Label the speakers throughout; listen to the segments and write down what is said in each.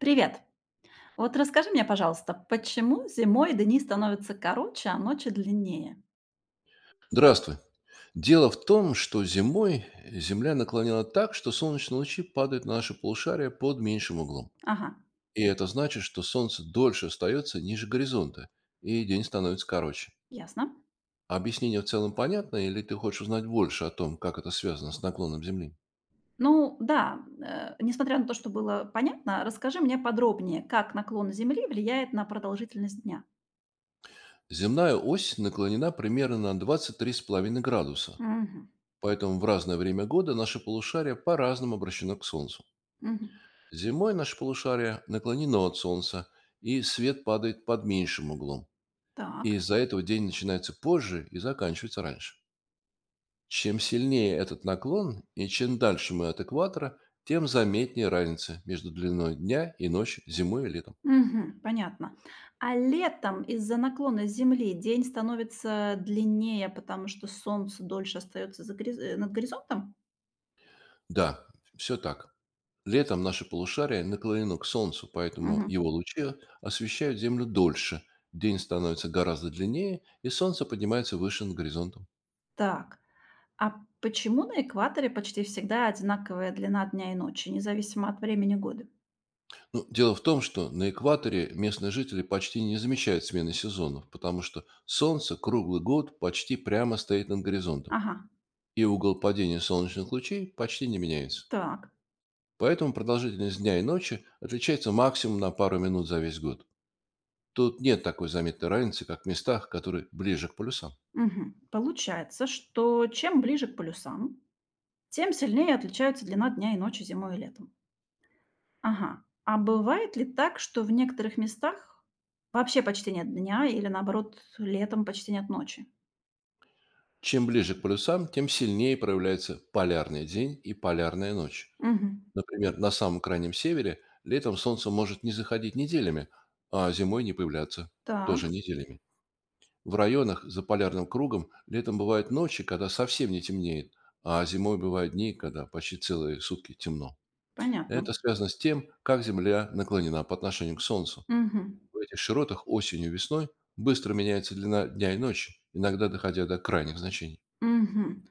Speaker 1: Привет! Вот расскажи мне, пожалуйста, почему зимой дни становятся короче, а ночи длиннее?
Speaker 2: Здравствуй. Дело в том, что зимой Земля наклонена так, что солнечные лучи падают на наше полушарие под меньшим углом.
Speaker 1: Ага,
Speaker 2: И это значит, что Солнце дольше остается ниже горизонта, и день становится короче.
Speaker 1: ясно.
Speaker 2: Объяснение в целом понятно, или ты хочешь узнать больше о том, как это связано с наклоном Земли?
Speaker 1: Ну да, несмотря на то, что было понятно, расскажи мне подробнее, как наклон Земли влияет на продолжительность дня.
Speaker 2: Земная ось наклонена примерно на 23,5 градуса,
Speaker 1: Мгм,
Speaker 2: поэтому в разное время года наше полушарие по-разному обращено к Солнцу.
Speaker 1: мгм.
Speaker 2: Зимой наше полушарие наклонено от солнца, и свет падает под меньшим углом. И
Speaker 1: Так,
Speaker 2: из-за этого день начинается позже и заканчивается раньше. Чем сильнее этот наклон и чем дальше мы от экватора, тем заметнее разница между длиной дня и ночи зимой и летом.
Speaker 1: мгм, понятно. А летом из-за наклона Земли день становится длиннее, потому что Солнце дольше остается за над горизонтом?
Speaker 2: Да, все так. Летом наше полушарие наклонено к солнцу, поэтому
Speaker 1: Мгм.
Speaker 2: его лучи освещают Землю дольше. День становится гораздо длиннее, и солнце поднимается выше над горизонтом.
Speaker 1: Так. А почему на экваторе почти всегда одинаковая длина дня и ночи, независимо от времени года?
Speaker 2: Ну, дело в том, что на экваторе местные жители почти не замечают смены сезонов, потому что солнце круглый год почти прямо стоит над горизонтом,
Speaker 1: Ага,
Speaker 2: и угол падения солнечных лучей почти не меняется.
Speaker 1: так.
Speaker 2: Поэтому продолжительность дня и ночи отличается максимум на пару минут за весь год. Тут нет такой заметной разницы, как в местах, которые ближе к полюсам.
Speaker 1: Мгм. Получается, что чем ближе к полюсам, тем сильнее отличаются длина дня и ночи зимой и летом. Ага. А бывает ли так, что в некоторых местах вообще почти нет дня или наоборот летом почти нет ночи?
Speaker 2: Чем ближе к полюсам, тем сильнее проявляется полярный день и полярная ночь.
Speaker 1: Мгм.
Speaker 2: Например, на самом крайнем севере летом солнце может не заходить неделями, а зимой не появляться тоже
Speaker 1: Так,
Speaker 2: неделями. В районах за полярным кругом летом бывают ночи, когда совсем не темнеет, а зимой бывают дни, когда почти целые сутки темно.
Speaker 1: понятно.
Speaker 2: Это связано с тем, как Земля наклонена по отношению к Солнцу.
Speaker 1: Мгм.
Speaker 2: В этих широтах осенью и весной быстро меняется длина дня и ночи, иногда доходя до крайних значений.
Speaker 1: Мгм.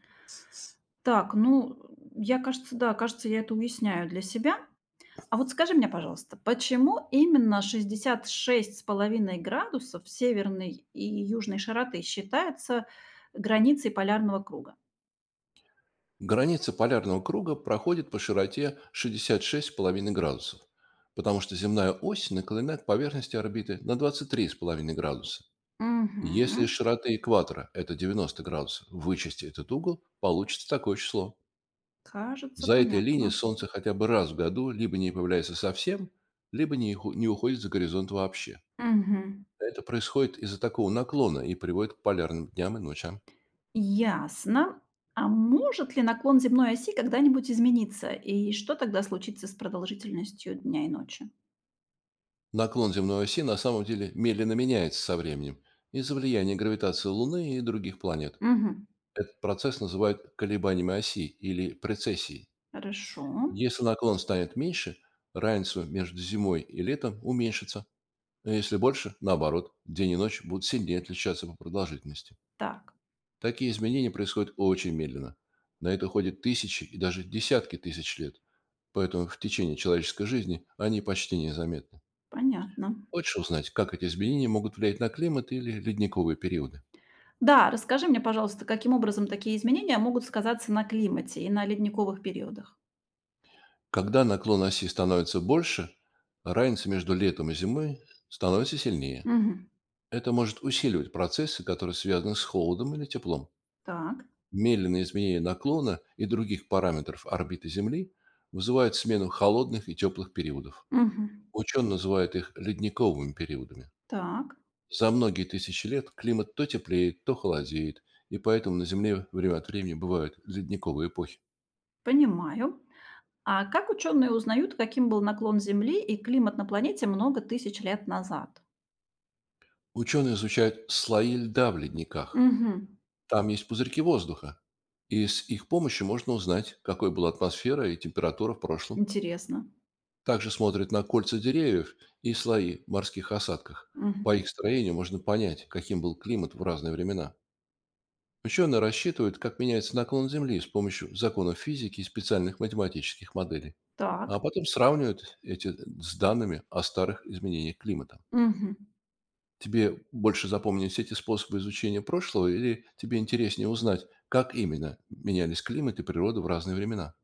Speaker 1: Так, ну, я, кажется, да, кажется, я это уясняю для себя. А вот скажи мне, пожалуйста, почему именно 66,5 градусов северной и южной широты считается границей полярного круга?
Speaker 2: Граница полярного круга проходит по широте 66,5 градусов, потому что земная ось наклонена к поверхности орбиты на 23,5 градуса. Если
Speaker 1: Мгм.
Speaker 2: широта экватора — это 90 градусов, вычесть этот угол, получится такое число.
Speaker 1: Кажется,
Speaker 2: За этой линией
Speaker 1: понятно.
Speaker 2: Солнце хотя бы раз в году либо не появляется совсем, либо не уходит за горизонт вообще.
Speaker 1: Мгм.
Speaker 2: Это происходит из-за такого наклона и приводит к полярным дням и ночам.
Speaker 1: Ясно. А может ли наклон земной оси когда-нибудь измениться? И что тогда случится с продолжительностью дня и ночи?
Speaker 2: Наклон земной оси на самом деле медленно меняется со временем из-за влияния гравитации Луны и других планет.
Speaker 1: Мгм.
Speaker 2: Этот процесс называют колебаниями оси или прецессией.
Speaker 1: Хорошо.
Speaker 2: Если наклон станет меньше, равенство между зимой и летом уменьшится, а если больше, наоборот, день и ночь будут сильнее отличаться по продолжительности.
Speaker 1: Так,
Speaker 2: Такие изменения происходят очень медленно. На это уходят тысячи и даже десятки тысяч лет, поэтому в течение человеческой жизни они почти незаметны.
Speaker 1: понятно.
Speaker 2: Хочешь узнать, как эти изменения могут влиять на климат или ледниковые периоды?
Speaker 1: Да, расскажи мне, пожалуйста, каким образом такие изменения могут сказаться на климате и на ледниковых периодах?
Speaker 2: Когда наклон оси становится больше, разница между летом и зимой становится сильнее.
Speaker 1: Мгм.
Speaker 2: Это может усиливать процессы, которые связаны с холодом или теплом.
Speaker 1: Так,
Speaker 2: Медленные изменения наклона и других параметров орбиты Земли вызывают смену холодных и теплых периодов.
Speaker 1: мгм.
Speaker 2: Ученые называют их ледниковыми периодами.
Speaker 1: Так,
Speaker 2: За многие тысячи лет климат то теплеет, то холодеет, и поэтому на Земле время от времени бывают ледниковые эпохи.
Speaker 1: понимаю. А как ученые узнают, каким был наклон Земли и климат на планете много тысяч лет назад?
Speaker 2: Ученые изучают слои льда в ледниках.
Speaker 1: Мгм.
Speaker 2: Там есть пузырьки воздуха. И с их помощью можно узнать, какой была атмосфера и температура в прошлом.
Speaker 1: Интересно.
Speaker 2: Также смотрят на кольца деревьев и слои в морских осадках.
Speaker 1: Мгм.
Speaker 2: По их строению можно понять, каким был климат в разные времена. Ученые рассчитывают, как меняется наклон Земли с помощью законов физики и специальных математических моделей.
Speaker 1: Так.
Speaker 2: А потом сравнивают эти с данными о старых изменениях климата.
Speaker 1: Мгм.
Speaker 2: Тебе больше запомнились эти способы изучения прошлого или тебе интереснее узнать, как именно менялись климат и природа в разные времена?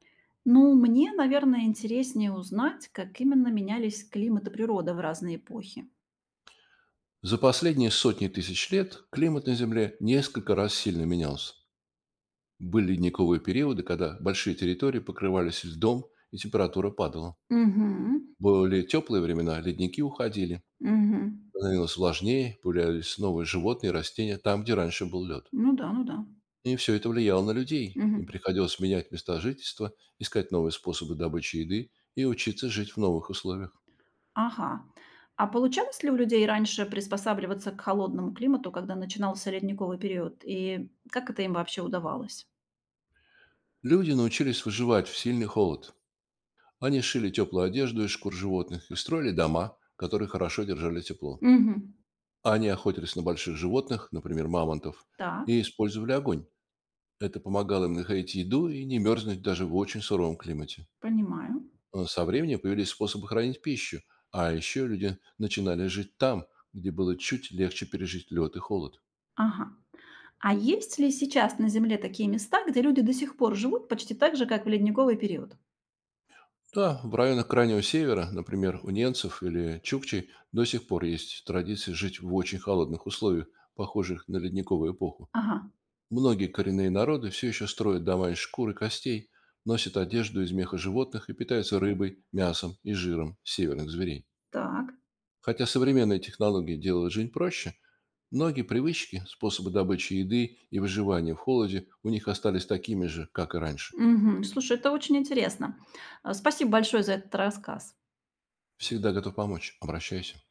Speaker 1: Ну, мне, наверное, интереснее узнать, как именно менялись климат и природа в разные эпохи.
Speaker 2: За последние сотни тысяч лет климат на Земле несколько раз сильно менялся. Были ледниковые периоды, когда большие территории покрывались льдом и температура падала.
Speaker 1: Мгм.
Speaker 2: Были теплые времена, ледники уходили,
Speaker 1: Мгм.
Speaker 2: становилось влажнее, появлялись новые животные и растения там, где раньше был лед.
Speaker 1: Ну да, ну да.
Speaker 2: И все это влияло на людей. Им
Speaker 1: Мгм.
Speaker 2: приходилось менять места жительства, искать новые способы добычи еды и учиться жить в новых условиях.
Speaker 1: Ага. А получалось ли у людей раньше приспосабливаться к холодному климату, когда начинался ледниковый период? И как это им вообще удавалось?
Speaker 2: Люди научились выживать в сильный холод. Они шили теплую одежду из шкур животных и строили дома, которые хорошо держали тепло.
Speaker 1: Мгм.
Speaker 2: Они охотились на больших животных, например, мамонтов,
Speaker 1: Так,
Speaker 2: и использовали огонь. Это помогало им находить еду и не мерзнуть даже в очень суровом климате.
Speaker 1: понимаю.
Speaker 2: Но со временем появились способы хранить пищу, а еще люди начинали жить там, где было чуть легче пережить лед и холод.
Speaker 1: Ага. А есть ли сейчас на Земле такие места, где люди до сих пор живут почти так же, как в ледниковый период?
Speaker 2: Да, в районах Крайнего Севера, например, у ненцев или чукчей, до сих пор есть традиция жить в очень холодных условиях, похожих на ледниковую эпоху.
Speaker 1: Ага,
Speaker 2: Многие коренные народы все еще строят дома из шкур и костей, носят одежду из меха животных и питаются рыбой, мясом и жиром северных зверей.
Speaker 1: так.
Speaker 2: Хотя современные технологии делают жизнь проще, многие привычки, способы добычи еды и выживания в холоде у них остались такими же, как и раньше.
Speaker 1: Мгм. Слушай, это очень интересно. Спасибо большое за этот рассказ.
Speaker 2: Всегда готов помочь. Обращайся.